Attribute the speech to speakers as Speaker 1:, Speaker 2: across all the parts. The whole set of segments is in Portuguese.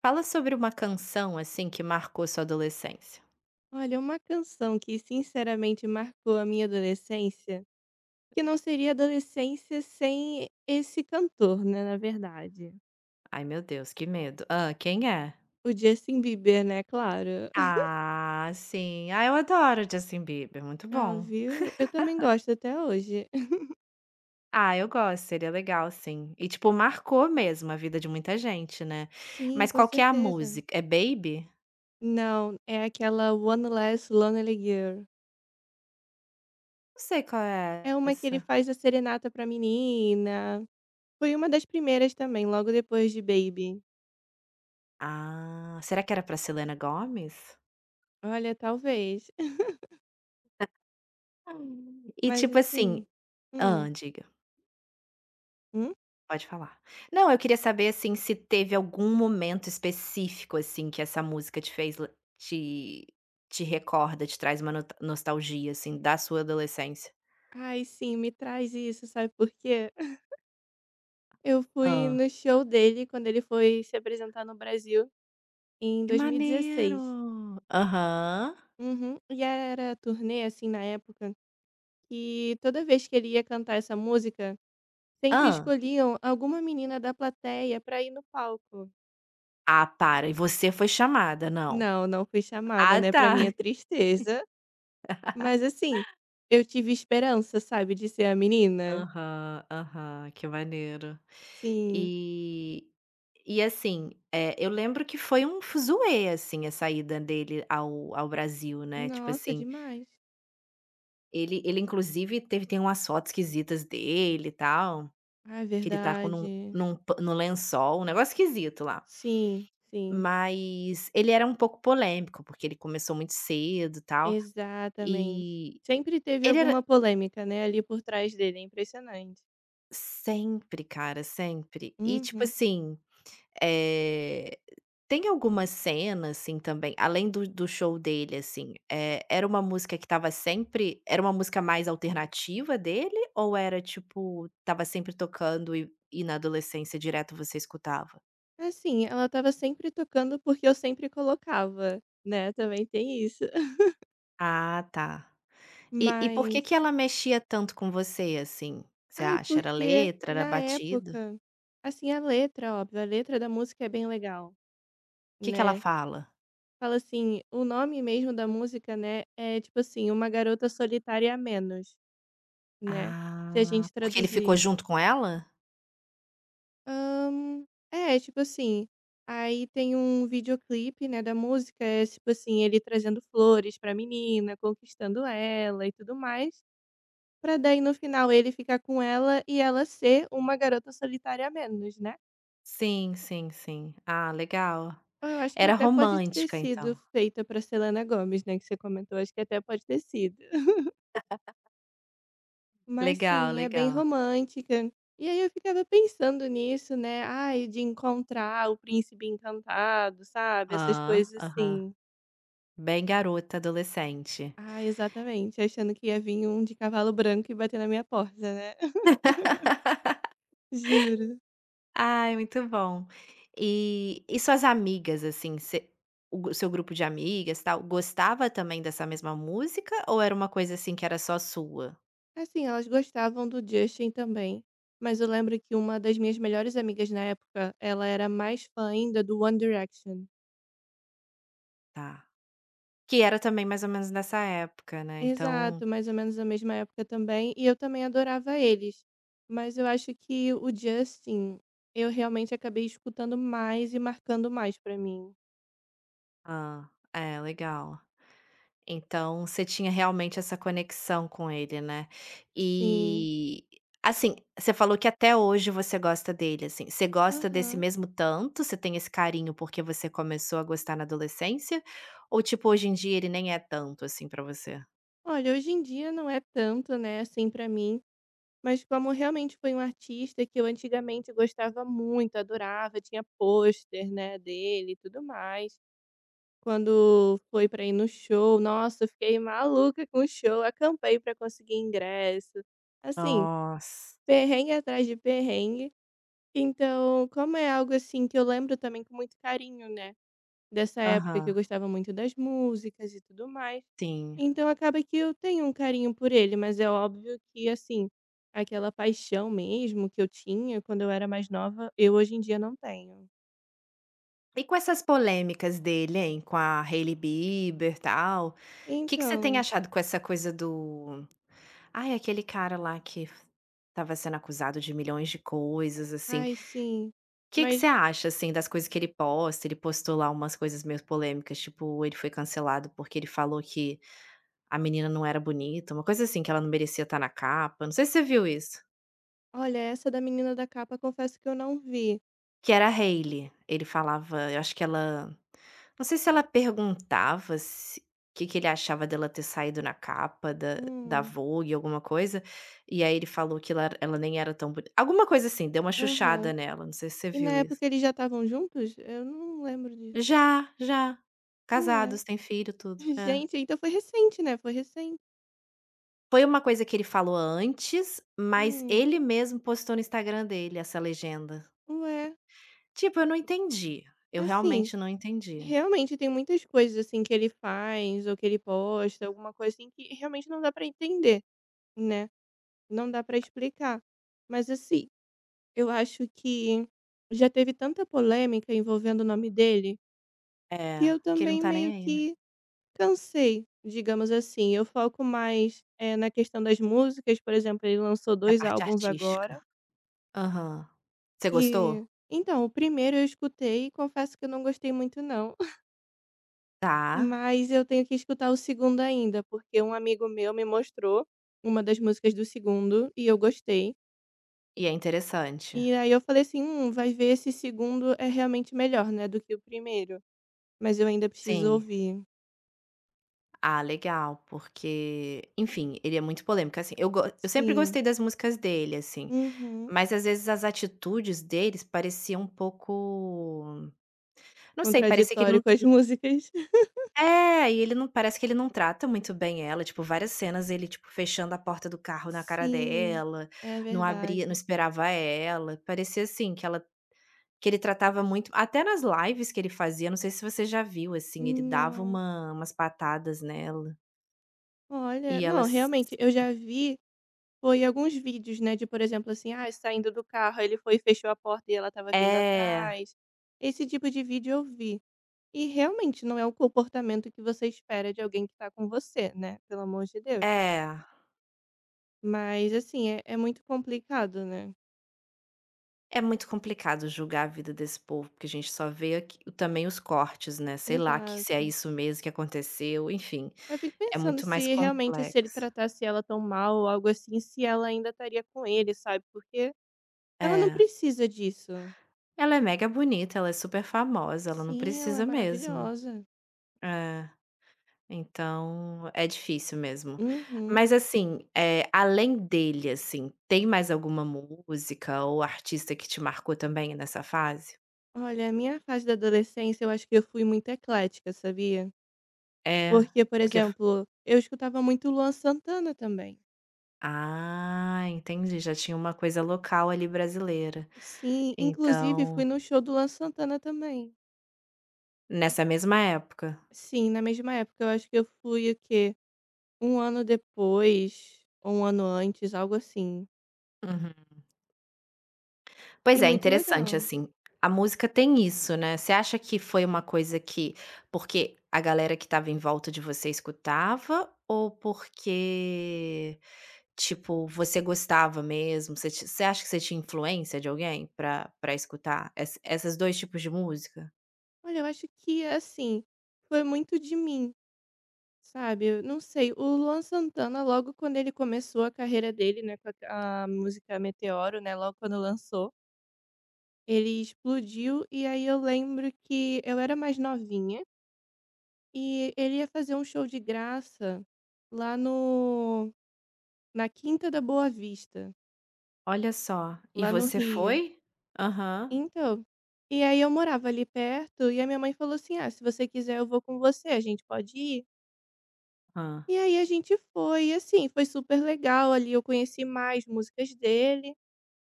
Speaker 1: Fala sobre uma canção, assim, que marcou sua adolescência.
Speaker 2: Olha, uma canção que sinceramente marcou a minha adolescência, que não seria adolescência sem esse cantor, né, na verdade.
Speaker 1: Ai, meu Deus, que medo. Ah, quem é?
Speaker 2: O Justin Bieber, né, claro.
Speaker 1: Ah, sim. Ah, eu adoro Justin Bieber, muito
Speaker 2: Ah,
Speaker 1: bom.
Speaker 2: viu? Eu também gosto até hoje.
Speaker 1: Ah, eu gosto, seria legal sim. E, tipo, marcou mesmo a vida de muita gente, né.
Speaker 2: Sim,
Speaker 1: Mas
Speaker 2: com
Speaker 1: qual que é a
Speaker 2: certeza.
Speaker 1: música? É Baby?
Speaker 2: Não, é aquela One Less Lonely Girl.
Speaker 1: Não sei qual
Speaker 2: É
Speaker 1: é
Speaker 2: uma que ele
Speaker 1: essa.
Speaker 2: faz a serenata pra menina. Foi uma das primeiras também, logo depois de Baby.
Speaker 1: Ah, será que era pra Selena Gomez?
Speaker 2: Olha, talvez.
Speaker 1: E
Speaker 2: Mas
Speaker 1: tipo
Speaker 2: assim.
Speaker 1: assim.
Speaker 2: Hum.
Speaker 1: Hã, diga.
Speaker 2: Hum?
Speaker 1: Pode falar. Não, eu queria saber, assim, se teve algum momento específico, assim, que essa música te fez le te te recorda, te traz uma no nostalgia, assim, da sua adolescência.
Speaker 2: Ai, sim, me traz isso, sabe por quê? Eu fui
Speaker 1: Ah.
Speaker 2: no show dele quando ele foi se apresentar no Brasil em
Speaker 1: Que
Speaker 2: 2016.
Speaker 1: maneiro. Aham.
Speaker 2: Uhum. E era turnê, assim, na época, que toda vez que ele ia cantar essa música, sempre
Speaker 1: Ah.
Speaker 2: escolhiam alguma menina da plateia pra ir no palco.
Speaker 1: Ah, para, e você foi chamada, não?
Speaker 2: Não, não fui chamada,
Speaker 1: Ah,
Speaker 2: né, pra
Speaker 1: tá.
Speaker 2: minha tristeza. Mas, assim, eu tive esperança, sabe, de ser a menina.
Speaker 1: Aham, aham, que maneiro.
Speaker 2: Sim.
Speaker 1: E e assim, é, eu lembro que foi um fuzuê, assim, a saída dele ao Brasil, né, tipo
Speaker 2: Nossa,
Speaker 1: assim.
Speaker 2: demais.
Speaker 1: Ele inclusive teve tem umas fotos esquisitas dele e tal,
Speaker 2: Ah, é
Speaker 1: que ele tá com
Speaker 2: verdade.
Speaker 1: num lençol, um negócio esquisito lá.
Speaker 2: Sim, sim.
Speaker 1: Mas ele era um pouco polêmico, porque ele começou muito cedo, e tal,
Speaker 2: Exatamente.
Speaker 1: e
Speaker 2: Sempre teve
Speaker 1: ele
Speaker 2: alguma
Speaker 1: era
Speaker 2: polêmica, né, ali por trás dele, é impressionante.
Speaker 1: sempre, cara, sempre. E tipo
Speaker 2: Uhum.
Speaker 1: assim. Eh, Tem alguma cena, assim, também, além do show dele, assim, era uma música que estava sempre, era uma música mais alternativa dele, ou era, tipo, estava sempre tocando, e na adolescência direto você escutava?
Speaker 2: Assim, ela estava sempre tocando porque eu sempre colocava, né, também tem isso.
Speaker 1: Ah, tá. E por que
Speaker 2: Mas
Speaker 1: que ela mexia tanto com você, assim, você
Speaker 2: ai,
Speaker 1: acha? Era
Speaker 2: porque
Speaker 1: letra, era
Speaker 2: na
Speaker 1: batida?
Speaker 2: época assim, a letra, óbvio, a letra da música é bem legal,
Speaker 1: O que que ela
Speaker 2: né.
Speaker 1: fala?
Speaker 2: Fala assim, o nome mesmo da música, né, é tipo assim, Uma Garota Solitária a Menos, né, se a
Speaker 1: Ah,
Speaker 2: gente
Speaker 1: porque ele ficou
Speaker 2: traduzir.
Speaker 1: junto com ela?
Speaker 2: Hã, é, tipo assim, aí tem um videoclipe, né, da música, é tipo assim, ele trazendo flores pra menina, conquistando ela e tudo mais, pra daí no final ele ficar com ela e ela ser uma garota solitária a menos, né.
Speaker 1: Sim, sim, sim. Ah, legal.
Speaker 2: Ou eu acho que
Speaker 1: Era
Speaker 2: até pode ter
Speaker 1: romântica,
Speaker 2: sido
Speaker 1: então.
Speaker 2: feita pra Selena Gomez, né, que você comentou, acho que até pode ter sido. Mas
Speaker 1: Legal,
Speaker 2: sim, é bem
Speaker 1: legal.
Speaker 2: romântica. E aí eu ficava pensando nisso, né, ai, de encontrar o príncipe encantado, sabe, essas
Speaker 1: Aham,
Speaker 2: coisas
Speaker 1: aham.
Speaker 2: assim.
Speaker 1: Bem garota, adolescente.
Speaker 2: Ah, exatamente, achando que ia vir um de cavalo branco e bater na minha porta, né. Juro.
Speaker 1: Ai, muito bom. E suas amigas, assim, você, seu grupo de amigas, tal, gostava também dessa mesma música, ou era uma coisa, assim, que era só sua?
Speaker 2: Assim, elas gostavam do Justin também, mas eu lembro que uma das minhas melhores amigas na época, ela era mais fã ainda do One Direction.
Speaker 1: Tá. Que era também mais ou menos nessa época, né, então.
Speaker 2: Exato, mais ou menos a mesma época também, e eu também adorava eles. Mas eu acho que o Justin, eu realmente acabei escutando mais e marcando mais pra mim.
Speaker 1: Ah, é, legal. Então, você tinha realmente essa conexão com ele, né.
Speaker 2: Assim,
Speaker 1: E, assim, você falou que até hoje você gosta dele, assim, você gosta desse
Speaker 2: aham.
Speaker 1: mesmo tanto, você tem esse carinho porque você começou a gostar na adolescência, ou tipo hoje em dia ele nem é tanto, assim, pra você?
Speaker 2: Olha, hoje em dia não é tanto, né, assim, pra mim. Mas como realmente foi um artista que eu antigamente gostava muito, adorava, tinha pôster, né, dele e tudo mais. Quando foi para ir no show, nossa, eu fiquei maluca com o show, acampei para conseguir ingresso. Assim,
Speaker 1: Nossa.
Speaker 2: perrengue atrás de perrengue. Então, como é algo assim que eu lembro também com muito carinho, né? Dessa época que eu
Speaker 1: Aham,
Speaker 2: gostava muito das músicas e tudo mais.
Speaker 1: sim.
Speaker 2: Então acaba que eu tenho um carinho por ele, mas é óbvio que assim, aquela paixão mesmo que eu tinha quando eu era mais nova, eu hoje em dia não tenho.
Speaker 1: E com essas polêmicas dele, hein, com a Hailey Bieber, e tal, o que que você tem
Speaker 2: Então,
Speaker 1: achado com essa coisa do... Ai, aquele cara lá que f estava sendo acusado de milhões de coisas, assim.
Speaker 2: ai
Speaker 1: O
Speaker 2: sim,
Speaker 1: Que que você
Speaker 2: mas
Speaker 1: acha, assim, das coisas que ele posta? Ele postou lá umas coisas meio polêmicas, tipo, ele foi cancelado porque ele falou que a menina não era bonita, uma coisa assim, que ela não merecia estar na capa. Não sei se você viu isso.
Speaker 2: olha, essa da menina da capa confesso que eu não vi.
Speaker 1: Que era a Hailey. Ele falava, eu acho que ela... não sei se ela perguntava se o que que ele achava dela ter saído na capa da
Speaker 2: Hum,
Speaker 1: Vogue, alguma coisa, e aí ele falou que ela nem era tão bonita, alguma coisa assim, deu uma
Speaker 2: aham.
Speaker 1: chuchada nela, não sei se você
Speaker 2: E na
Speaker 1: viu isso.
Speaker 2: época eles já estavam juntos? Eu não lembro disso.
Speaker 1: Já, já.
Speaker 2: Ué.
Speaker 1: Casados, têm filho, tudo. É.
Speaker 2: Gente, então foi recente, né? Foi recente.
Speaker 1: Foi uma coisa que ele falou antes, mas
Speaker 2: Hum,
Speaker 1: ele mesmo postou no Instagram dele essa legenda.
Speaker 2: ué.
Speaker 1: Tipo, eu não entendi, eu
Speaker 2: Assim,
Speaker 1: realmente não entendi.
Speaker 2: realmente tem muitas coisas, assim, que ele faz ou que ele posta, alguma coisa assim que realmente não dá pra entender, né, não dá pra explicar. Mas, assim, eu acho que já teve tanta polêmica envolvendo o nome dele, que
Speaker 1: É,
Speaker 2: eu
Speaker 1: que ele não
Speaker 2: também
Speaker 1: tá nem
Speaker 2: meio
Speaker 1: aí, né.
Speaker 2: que cansei, digamos assim. Eu foco mais, na questão das músicas, por exemplo, ele lançou
Speaker 1: A
Speaker 2: 2
Speaker 1: parte
Speaker 2: álbuns agora,
Speaker 1: artística. Aham. Você gostou?
Speaker 2: e então, o primeiro eu escutei e confesso que eu não gostei muito não.
Speaker 1: Tá.
Speaker 2: Mas eu tenho que escutar o segundo ainda, porque um amigo meu me mostrou uma das músicas do segundo e eu gostei.
Speaker 1: E é interessante?
Speaker 2: E aí eu falei assim: vai ver esse segundo é realmente melhor, né, do que o primeiro". Mas eu ainda preciso
Speaker 1: Sim.
Speaker 2: ouvir.
Speaker 1: Ah, legal, porque, enfim, ele é muito polêmico, assim, eu sempre
Speaker 2: Sim.
Speaker 1: gostei das músicas dele, assim,
Speaker 2: Uhum.
Speaker 1: mas às vezes as atitudes deles pareciam um pouco, não sei, parecia que ele
Speaker 2: Contraditório
Speaker 1: não...
Speaker 2: com as músicas.
Speaker 1: É, e ele não parece que ele não trata muito bem ela, tipo, várias cenas ele, tipo, fechando a porta do carro na cara
Speaker 2: Sim,
Speaker 1: dela,
Speaker 2: é
Speaker 1: não abria, não
Speaker 2: verdade.
Speaker 1: esperava ela, parecia assim que ela... Que ele tratava muito, até nas lives que ele fazia, não sei se você já viu, assim, ele dava
Speaker 2: Não.
Speaker 1: umas patadas nela,
Speaker 2: Olha,
Speaker 1: e
Speaker 2: não,
Speaker 1: elas...
Speaker 2: realmente, eu já vi foi alguns vídeos, né, de, por exemplo, assim, ah, saindo do carro, aí ele foi e fechou a porta e ela estava vindo
Speaker 1: é,
Speaker 2: atrás. Esse tipo de vídeo eu vi. E realmente não é o comportamento que você espera de alguém que tá com você, né? Pelo amor de Deus.
Speaker 1: é.
Speaker 2: Mas assim, é, é muito complicado, né?
Speaker 1: É muito complicado julgar a vida desse povo, porque a gente só vê aqui também os cortes, né, sei lá que se é
Speaker 2: Exato.
Speaker 1: isso mesmo que aconteceu, enfim,
Speaker 2: Eu fico
Speaker 1: é
Speaker 2: pensando
Speaker 1: muito mais
Speaker 2: se realmente se ele
Speaker 1: complexo.
Speaker 2: tratasse ela tão mal ou algo assim, se ela ainda estaria com ele, sabe? Porque ela não
Speaker 1: É.
Speaker 2: precisa disso.
Speaker 1: Ela é mega bonita, ela é super famosa, ela não
Speaker 2: Sim, ela é
Speaker 1: precisa mesmo.
Speaker 2: maravilhosa.
Speaker 1: É. Então, é difícil mesmo.
Speaker 2: Uhum.
Speaker 1: Mas assim, além dele, assim, tem mais alguma música ou artista que te marcou também nessa fase?
Speaker 2: Olha, a minha fase da adolescência, eu acho que eu fui muito eclética, sabia?
Speaker 1: É,
Speaker 2: Porque, por
Speaker 1: porque f
Speaker 2: exemplo, eu escutava muito Luan Santana também.
Speaker 1: ah, entendi, já tinha uma coisa local ali brasileira.
Speaker 2: Sim, inclusive
Speaker 1: Então,
Speaker 2: fui no show do Luan Santana também.
Speaker 1: nessa mesma época.
Speaker 2: Sim, na mesma época, eu acho que eu fui o quê? Um ano depois, ou um ano antes, algo assim.
Speaker 1: Uhum.
Speaker 2: E
Speaker 1: Pois é,
Speaker 2: muito
Speaker 1: interessante,
Speaker 2: legal.
Speaker 1: assim, a música tem isso, né. Você acha que foi uma coisa que, porque a galera que estava em volta de você escutava, ou porque... Tipo, você gostava mesmo? Você acha que você tinha influência de alguém pra escutar essas 2 tipos de música?
Speaker 2: Olha, eu acho que, assim, foi muito de mim, sabe? Eu não sei, o Luan Santana, logo quando ele começou a carreira dele, né, com a música Meteoro, né, logo quando lançou. Ele explodiu, e aí eu lembro que eu era mais novinha, e ele ia fazer um show de graça lá no na Quinta da Boa Vista,
Speaker 1: Olha só, e
Speaker 2: lá no
Speaker 1: você
Speaker 2: Rio.
Speaker 1: foi? Aham.
Speaker 2: Então, e aí eu morava ali perto, e a minha mãe falou assim: "Ah, se você quiser eu vou com você, a gente pode ir?".
Speaker 1: Ah.
Speaker 2: E aí a gente foi, e assim, foi super legal ali, eu conheci mais músicas dele,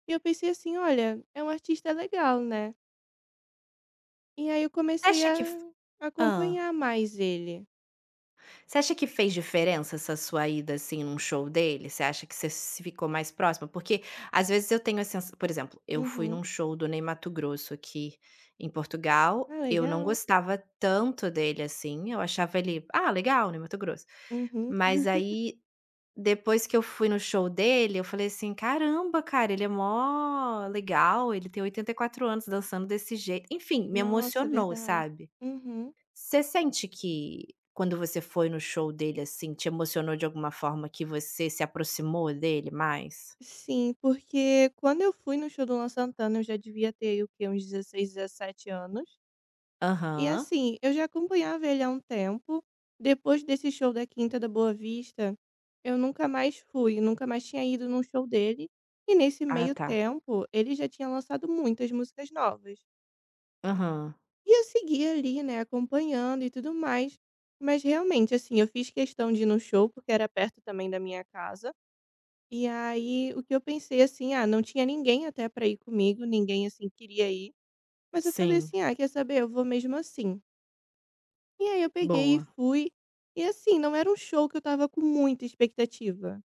Speaker 2: e eu pensei assim: "Olha, é um artista legal, né". E aí eu
Speaker 1: Você
Speaker 2: comecei
Speaker 1: acha
Speaker 2: a
Speaker 1: que f Hã.
Speaker 2: acompanhar mais ele.
Speaker 1: Você acha que fez diferença essa sua ida, assim, num show dele? Você acha que você se ficou mais próxima? Porque às vezes eu tenho a sensa por exemplo, eu fui
Speaker 2: Uhum.
Speaker 1: num show do Ney Matogrosso aqui em Portugal,
Speaker 2: Ah,
Speaker 1: eu não
Speaker 2: legal.
Speaker 1: gostava tanto dele, assim, eu achava ele: "Ah, legal, Ney Matogrosso".
Speaker 2: Uhum.
Speaker 1: Mas aí... Depois que eu fui no show dele, eu falei assim: "Caramba, cara, ele é mó legal, ele tem 84 anos dançando desse jeito". Enfim, me
Speaker 2: Nossa,
Speaker 1: emocionou,
Speaker 2: verdade.
Speaker 1: sabe.
Speaker 2: Uhum.
Speaker 1: Você sente que quando você foi no show dele, assim, te emocionou de alguma forma que você se aproximou dele mais?
Speaker 2: Sim, porque quando eu fui no show do Luan Santana, eu já devia ter aí, o quê? Uns 16, 17 anos. E
Speaker 1: Aham.
Speaker 2: assim, eu já acompanhava ele há um tempo. Depois desse show da Quinta da Boa Vista, eu nunca mais fui, nunca mais tinha ido num show dele. E nesse
Speaker 1: Ah,
Speaker 2: meio
Speaker 1: tá.
Speaker 2: tempo, ele já tinha lançado muitas músicas novas.
Speaker 1: Aham.
Speaker 2: E eu segui ali, né, acompanhando e tudo mais. Mas realmente, assim, eu fiz questão de ir no show, porque era perto também da minha casa. E aí o que eu pensei assim: "Ah, não tinha ninguém até pra ir comigo, ninguém assim queria ir". Mas eu falei
Speaker 1: Sim,
Speaker 2: assim: "Ah, quer saber? Eu vou mesmo assim". E aí eu peguei e
Speaker 1: boa.
Speaker 2: fui. E assim, não era um show que eu estava com muita expectativa.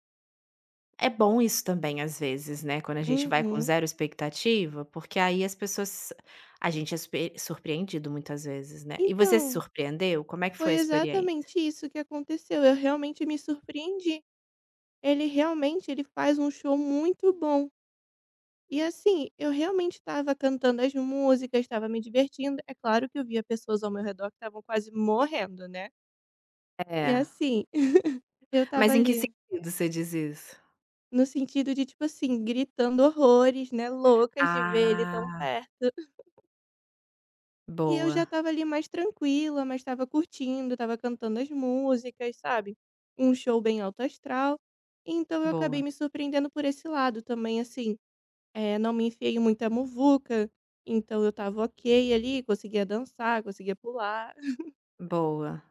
Speaker 1: É bom isso também, às vezes, né, quando a gente vai com
Speaker 2: Uhum.
Speaker 1: zero expectativa, porque aí as pessoas... a gente é super surpreendido muitas vezes, né. E você se
Speaker 2: Então,
Speaker 1: surpreendeu? Como é que foi
Speaker 2: foi
Speaker 1: a experiência?
Speaker 2: exatamente isso que aconteceu. Eu realmente me surpreendi. Ele realmente ele faz um show muito bom. E assim, eu realmente estava cantando as músicas, estava me divertindo. É claro que eu via pessoas ao meu redor que estavam quase morrendo, né. E
Speaker 1: É.
Speaker 2: assim, eu estava
Speaker 1: Mas em que
Speaker 2: ali,
Speaker 1: sentido você diz isso?
Speaker 2: no sentido de, tipo assim, gritando horrores, né, loucas de ver ele tão
Speaker 1: Ah,
Speaker 2: perto. E eu já
Speaker 1: boa,
Speaker 2: estava ali mais tranquila, mas estava curtindo, estava cantando as músicas, sabe. Um show bem alto astral. Então eu acabei
Speaker 1: boa.
Speaker 2: me surpreendendo por esse lado também, assim é não me enfiei em muita muvuca, então eu estava ok ali, conseguia dançar, conseguia pular.
Speaker 1: Boa.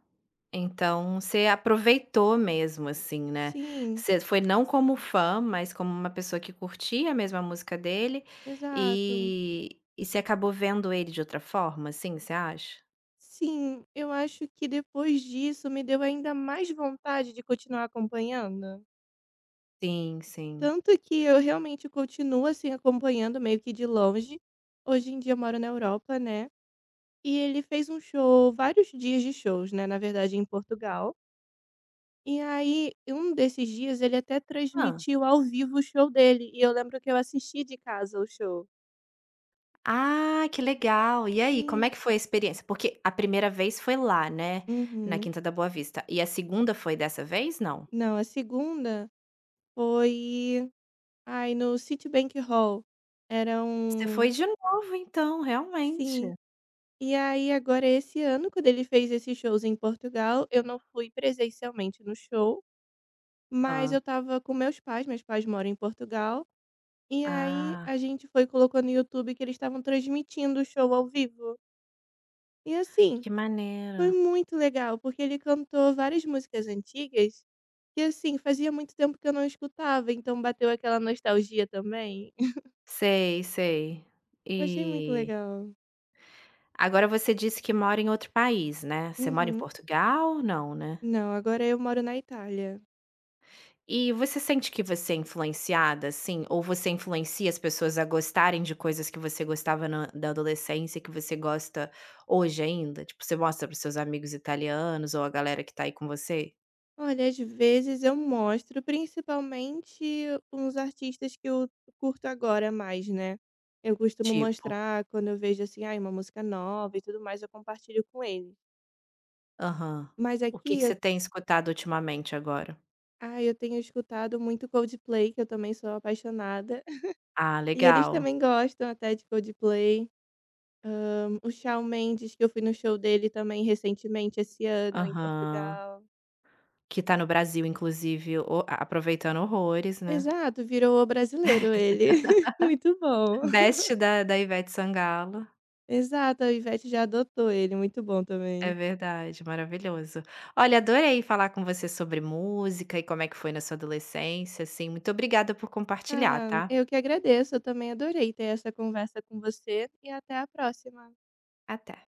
Speaker 1: Então você aproveitou mesmo, assim, né.
Speaker 2: Sim,
Speaker 1: Você foi não como fã, mas como uma pessoa que curtia mesmo a música dele,
Speaker 2: exato.
Speaker 1: e você acabou vendo ele de outra forma, assim, você acha?
Speaker 2: Sim, eu acho que depois disso me deu ainda mais vontade de continuar acompanhando.
Speaker 1: Sim, sim.
Speaker 2: Tanto que eu realmente continuo, assim, acompanhando meio que de longe. Hoje em dia eu moro na Europa, né, e ele fez um show vários dias de shows, né, na verdade em Portugal. E aí, um desses dias ele até
Speaker 1: Ah.
Speaker 2: transmitiu ao vivo o show dele, e eu lembro que eu assisti de casa o show.
Speaker 1: Ah, que legal. E aí, como
Speaker 2: Sim.
Speaker 1: é que foi a experiência? Porque a primeira vez foi lá, né, na
Speaker 2: Uhum.
Speaker 1: Quinta da Boa Vista. E a segunda foi dessa vez, não?
Speaker 2: Não, a segunda foi, ai, no Citibank Hall. Era
Speaker 1: Você foi
Speaker 2: um
Speaker 1: de novo então, realmente.
Speaker 2: Sim. E aí agora esse ano, quando ele fez esses shows em Portugal, eu não fui presencialmente no show, mas eu
Speaker 1: Ah.
Speaker 2: estava com meus pais moram em Portugal, e aí
Speaker 1: Ah,
Speaker 2: a gente foi e colocou no YouTube que eles estavam transmitindo o show ao vivo. E assim,
Speaker 1: que maneiro.
Speaker 2: foi muito legal, porque ele cantou várias músicas antigas que, assim, fazia muito tempo que eu não escutava, então bateu aquela nostalgia também.
Speaker 1: Sei, sei.
Speaker 2: Achei muito
Speaker 1: E
Speaker 2: legal.
Speaker 1: agora você disse que mora em outro país, né. Você mora em
Speaker 2: Uhum.
Speaker 1: Portugal? Não, né.
Speaker 2: Não, agora eu moro na Itália.
Speaker 1: E você sente que você é influenciada, assim, ou você influencia as pessoas a gostarem de coisas que você gostava na da adolescência, e que você gosta hoje ainda? Tipo, você mostra para seus amigos italianos ou a galera que tá aí com você?
Speaker 2: Olha, às vezes eu mostro, principalmente uns artistas que eu curto agora mais, né. Eu costumo
Speaker 1: Tipo?
Speaker 2: mostrar quando eu vejo, assim, ai, uma música nova e tudo mais, eu compartilho com eles.
Speaker 1: Aham.
Speaker 2: Mas
Speaker 1: O que
Speaker 2: aqui
Speaker 1: que
Speaker 2: eu
Speaker 1: você tem escutado ultimamente agora?
Speaker 2: Ai, eu tenho escutado muito Coldplay, que eu também sou apaixonada.
Speaker 1: Ah,
Speaker 2: E eles
Speaker 1: legal.
Speaker 2: também gostam até de Coldplay. Hã, o Shawn Mendes, que eu fui no show dele também recentemente esse ano em
Speaker 1: Aham.
Speaker 2: Portugal.
Speaker 1: Que tá no Brasil, inclusive, o a aproveitando horrores, né.
Speaker 2: Exato, virou o brasileiro ele. Muito bom.
Speaker 1: Best da Ivete Sangalo.
Speaker 2: Exato, a Ivete já adotou ele, muito bom
Speaker 1: É
Speaker 2: também.
Speaker 1: verdade, maravilhoso. Olha, adorei falar com você sobre música e como é que foi na sua adolescência, assim. Muito obrigada por compartilhar,
Speaker 2: Ah,
Speaker 1: tá.
Speaker 2: eu que agradeço, eu também adorei ter essa conversa com você e até a próxima.
Speaker 1: Até.